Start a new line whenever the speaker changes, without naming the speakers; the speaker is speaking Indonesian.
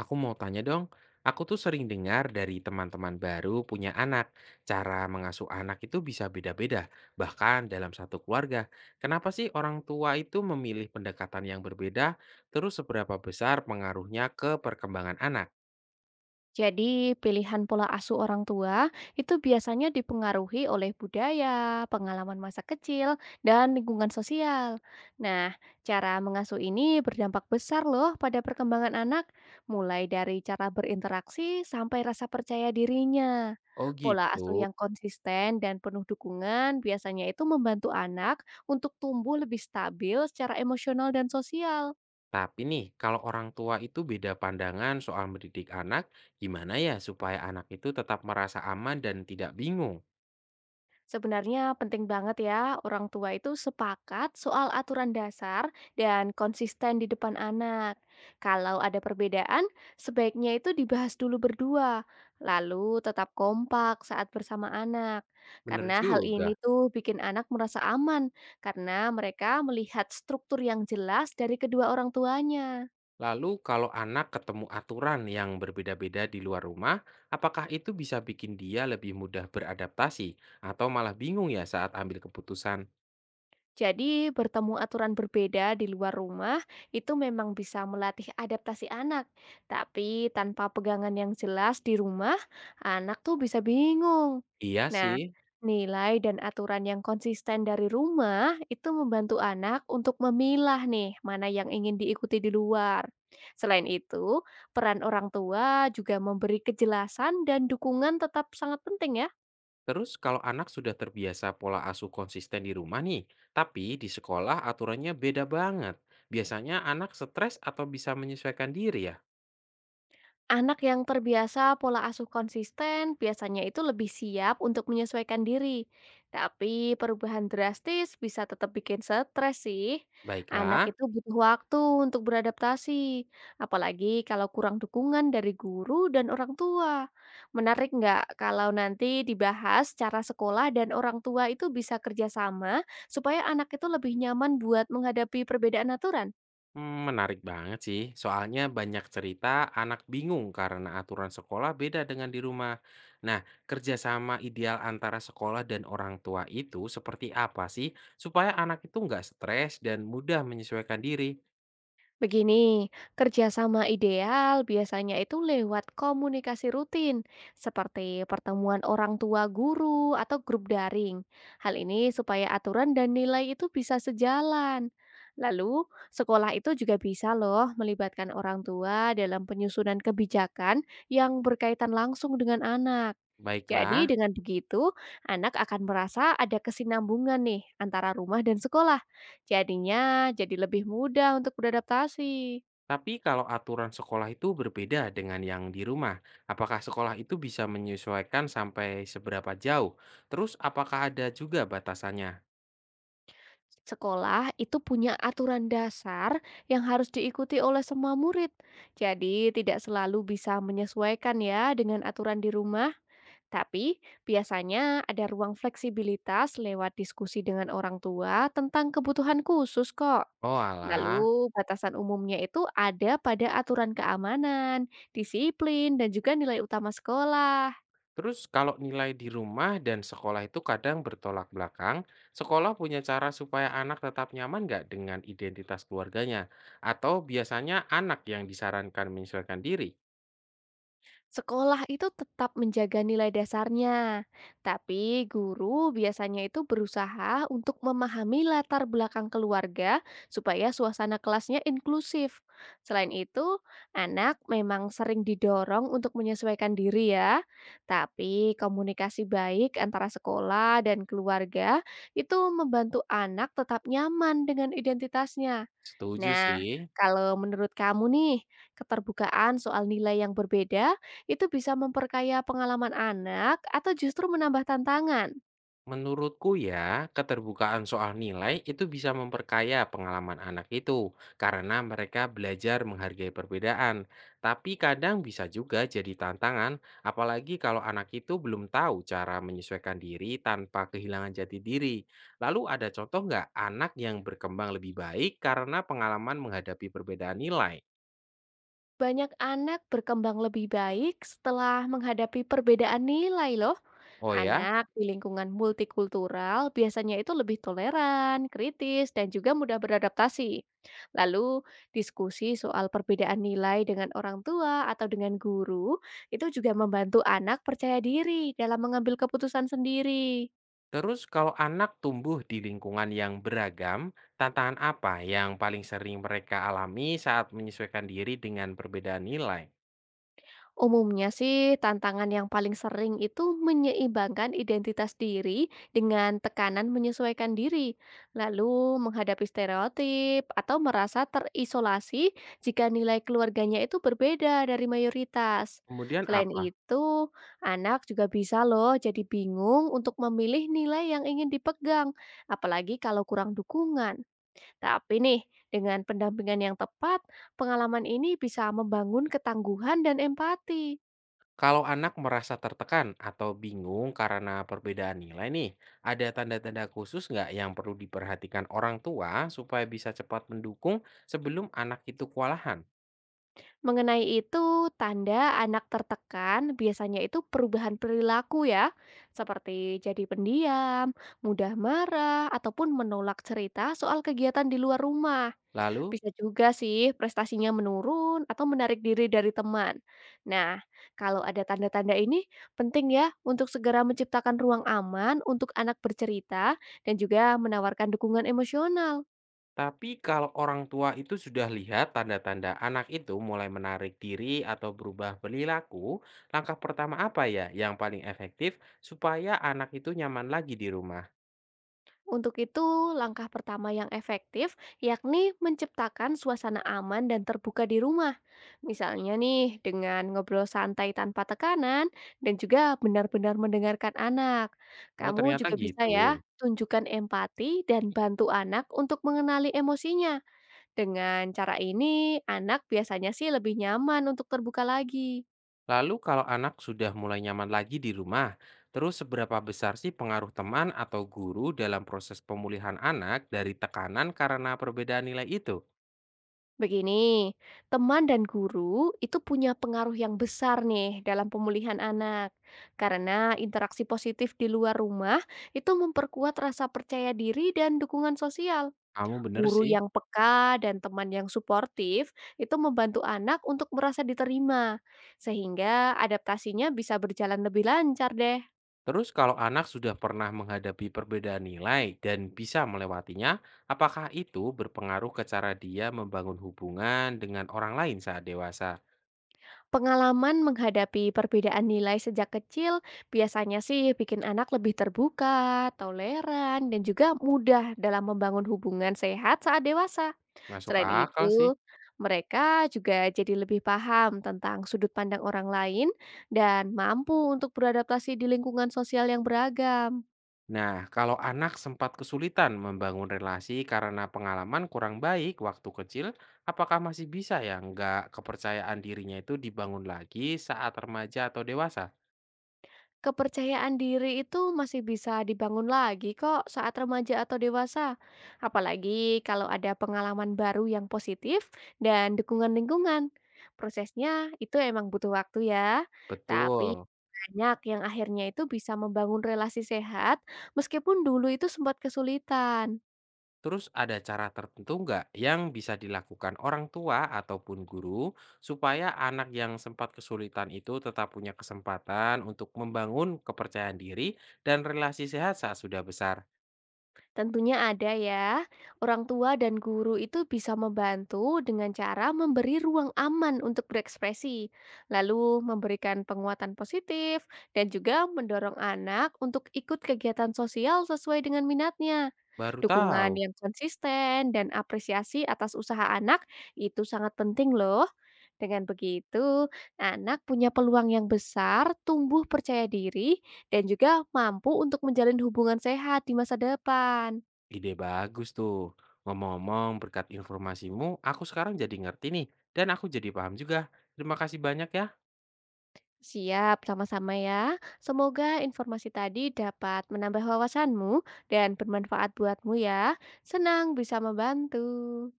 Aku mau tanya dong, aku tuh sering dengar dari teman-teman baru punya anak, cara mengasuh anak itu bisa beda-beda, bahkan dalam satu keluarga. Kenapa sih orang tua itu memilih pendekatan yang berbeda, terus seberapa besar pengaruhnya ke perkembangan anak?
Jadi, pilihan pola asuh orang tua itu biasanya dipengaruhi oleh budaya, pengalaman masa kecil, dan lingkungan sosial. Nah, cara mengasuh ini berdampak besar loh pada perkembangan anak, mulai dari cara berinteraksi sampai rasa percaya dirinya.
Oh
Pola asuh
gitu.
yang konsisten dan penuh dukungan biasanya itu membantu anak untuk tumbuh lebih stabil secara emosional dan sosial.
Tapi nih, kalau orang tua itu beda pandangan soal mendidik anak, gimana ya supaya anak itu tetap merasa aman dan tidak bingung?
Sebenarnya penting banget ya orang tua itu sepakat soal aturan dasar dan konsisten di depan anak. Kalau ada perbedaan, sebaiknya itu dibahas dulu berdua, lalu tetap kompak saat bersama anak.
Bener
Karena hal
juga.
ini tuh bikin anak merasa aman karena mereka melihat struktur yang jelas dari kedua orang tuanya.
Lalu kalau anak ketemu aturan yang berbeda-beda di luar rumah, apakah itu bisa bikin dia lebih mudah beradaptasi atau malah bingung ya saat ambil keputusan?
Jadi, bertemu aturan berbeda di luar rumah itu memang bisa melatih adaptasi anak. Tapi tanpa pegangan yang jelas di rumah, anak tuh bisa bingung.
Iya
Nah,
sih.
nilai dan aturan yang konsisten dari rumah itu membantu anak untuk memilah nih mana yang ingin diikuti di luar. Selain itu, peran orang tua juga memberi kejelasan dan dukungan tetap sangat penting ya.
Terus kalau anak sudah terbiasa pola asuh konsisten di rumah nih, tapi di sekolah aturannya beda banget. Biasanya anak stres atau bisa menyesuaikan diri ya?
Anak yang terbiasa pola asuh konsisten biasanya itu lebih siap untuk menyesuaikan diri. Tapi perubahan drastis bisa tetap bikin stres sih. Anak
Baiklah.
itu butuh waktu untuk beradaptasi, apalagi kalau kurang dukungan dari guru dan orang tua. Menarik nggak kalau nanti dibahas cara sekolah dan orang tua itu bisa kerjasama supaya anak itu lebih nyaman buat menghadapi perbedaan aturan?
Menarik banget sih. Soalnya banyak cerita anak bingung karena aturan sekolah beda dengan di rumah. Nah, kerjasama ideal antara sekolah dan orang tua itu seperti apa sih supaya anak itu nggak stres dan mudah menyesuaikan diri?
Begini, kerjasama ideal biasanya itu lewat komunikasi rutin, seperti pertemuan orang tua guru atau grup daring. Hal ini supaya aturan dan nilai itu bisa sejalan. Lalu, sekolah itu juga bisa loh melibatkan orang tua dalam penyusunan kebijakan yang berkaitan langsung dengan anak. Jadi
Baiklah,
dengan begitu, anak akan merasa ada kesinambungan nih antara rumah dan sekolah. Jadinya jadi lebih mudah untuk beradaptasi.
tapi kalau aturan sekolah itu berbeda dengan yang di rumah, apakah sekolah itu bisa menyesuaikan sampai seberapa jauh? Terus apakah ada juga batasannya?
Sekolah itu punya aturan dasar yang harus diikuti oleh semua murid. Jadi tidak selalu bisa menyesuaikan ya dengan aturan di rumah, tapi biasanya ada ruang fleksibilitas lewat diskusi dengan orang tua tentang kebutuhan khusus kok.
Oh alah.
Lalu batasan umumnya itu ada pada aturan keamanan, disiplin, dan juga nilai utama sekolah.
Terus kalau nilai di rumah dan sekolah itu kadang bertolak belakang, sekolah punya cara supaya anak tetap nyaman nggak dengan identitas keluarganya? Atau biasanya anak yang disarankan menyesuaikan diri?
Sekolah itu tetap menjaga nilai dasarnya, tapi guru biasanya itu berusaha untuk memahami latar belakang keluarga supaya suasana kelasnya inklusif. Selain itu, anak memang sering didorong untuk menyesuaikan diri ya, tapi komunikasi baik antara sekolah dan keluarga itu membantu anak tetap nyaman dengan identitasnya.
Setuju
Nah,
sih.
kalau menurut kamu nih, keterbukaan soal nilai yang berbeda itu bisa memperkaya pengalaman anak atau justru menambah tantangan?
Menurutku ya, keterbukaan soal nilai itu bisa memperkaya pengalaman anak itu karena mereka belajar menghargai perbedaan. Tapi kadang bisa juga jadi tantangan, apalagi kalau anak itu belum tahu cara menyesuaikan diri tanpa kehilangan jati diri. Lalu ada contoh nggak anak yang berkembang lebih baik karena pengalaman menghadapi perbedaan nilai?
Banyak anak berkembang lebih baik setelah menghadapi perbedaan nilai loh.
Oh ya?
Anak di lingkungan multikultural biasanya itu lebih toleran, kritis, dan juga mudah beradaptasi. Lalu, diskusi soal perbedaan nilai dengan orang tua atau dengan guru itu juga membantu anak percaya diri dalam mengambil keputusan sendiri.
Terus kalau anak tumbuh di lingkungan yang beragam, tantangan apa yang paling sering mereka alami saat menyesuaikan diri dengan perbedaan nilai?
Umumnya sih tantangan yang paling sering itu menyeimbangkan identitas diri dengan tekanan menyesuaikan diri, lalu menghadapi stereotip atau merasa terisolasi jika nilai keluarganya itu berbeda dari mayoritas.
Kemudian
Selain
apa?
itu, anak juga bisa loh jadi bingung untuk memilih nilai yang ingin dipegang, apalagi kalau kurang dukungan. Tapi nih, dengan pendampingan yang tepat, pengalaman ini bisa membangun ketangguhan dan empati.
Kalau anak merasa tertekan atau bingung karena perbedaan nilai nih, ada tanda-tanda khusus nggak yang perlu diperhatikan orang tua supaya bisa cepat mendukung sebelum anak itu kewalahan?
Mengenai itu, tanda anak tertekan biasanya itu perubahan perilaku ya, seperti jadi pendiam, mudah marah, ataupun menolak cerita soal kegiatan di luar rumah.
Lalu.
Bisa juga sih prestasinya menurun atau menarik diri dari teman. Nah, kalau ada tanda-tanda ini, penting ya untuk segera menciptakan ruang aman untuk anak bercerita dan juga menawarkan dukungan emosional.
Tapi kalau orang tua itu sudah lihat tanda-tanda anak itu mulai menarik diri atau berubah perilaku, langkah pertama apa ya yang paling efektif supaya anak itu nyaman lagi di rumah?
Untuk itu, langkah pertama yang efektif yakni menciptakan suasana aman dan terbuka di rumah. Misalnya nih, dengan ngobrol santai tanpa tekanan dan juga benar-benar mendengarkan anak.
Oh,
Kamu
ternyata
juga bisa
gitu.
ya tunjukkan empati dan bantu anak untuk mengenali emosinya. Dengan cara ini, anak biasanya sih lebih nyaman untuk terbuka lagi.
Lalu kalau anak sudah mulai nyaman lagi di rumah, terus seberapa besar sih pengaruh teman atau guru dalam proses pemulihan anak dari tekanan karena perbedaan nilai itu?
Begini, teman dan guru itu punya pengaruh yang besar nih dalam pemulihan anak. Karena interaksi positif di luar rumah itu memperkuat rasa percaya diri dan dukungan sosial.
Kamu bener
Guru
sih.
yang peka dan teman yang suportif itu membantu anak untuk merasa diterima, sehingga adaptasinya bisa berjalan lebih lancar deh.
Terus kalau anak sudah pernah menghadapi perbedaan nilai dan bisa melewatinya, apakah itu berpengaruh ke cara dia membangun hubungan dengan orang lain saat dewasa?
Pengalaman menghadapi perbedaan nilai sejak kecil biasanya sih bikin anak lebih terbuka, toleran, dan juga mudah dalam membangun hubungan sehat saat dewasa.
Masuk
Selain
akal
itu,
sih.
mereka juga jadi lebih paham tentang sudut pandang orang lain dan mampu untuk beradaptasi di lingkungan sosial yang beragam.
Nah, kalau anak sempat kesulitan membangun relasi karena pengalaman kurang baik waktu kecil, apakah masih bisa ya nggak kepercayaan dirinya itu dibangun lagi saat remaja atau dewasa?
Kepercayaan diri itu masih bisa dibangun lagi kok saat remaja atau dewasa. Apalagi kalau ada pengalaman baru yang positif dan dukungan lingkungan. Prosesnya itu emang butuh waktu ya. Tapi
Betul.
banyak yang akhirnya itu bisa membangun relasi sehat meskipun dulu itu sempat kesulitan.
Terus ada cara tertentu nggak yang bisa dilakukan orang tua ataupun guru supaya anak yang sempat kesulitan itu tetap punya kesempatan untuk membangun kepercayaan diri dan relasi sehat saat sudah besar?
Tentunya ada ya. Orang tua dan guru itu bisa membantu dengan cara memberi ruang aman untuk berekspresi, lalu memberikan penguatan positif dan juga mendorong anak untuk ikut kegiatan sosial sesuai dengan minatnya.
Baru
Dukungan
tahu,
yang konsisten dan apresiasi atas usaha anak itu sangat penting loh. Dengan begitu, anak punya peluang yang besar, tumbuh percaya diri, dan juga mampu untuk menjalin hubungan sehat di masa depan.
ide bagus tuh. Ngomong-ngomong, berkat informasimu, aku sekarang jadi ngerti nih, dan aku jadi paham juga. Terima kasih banyak ya.
Siap, sama-sama ya. Semoga informasi tadi dapat menambah wawasanmu dan bermanfaat buatmu ya. Senang bisa membantu.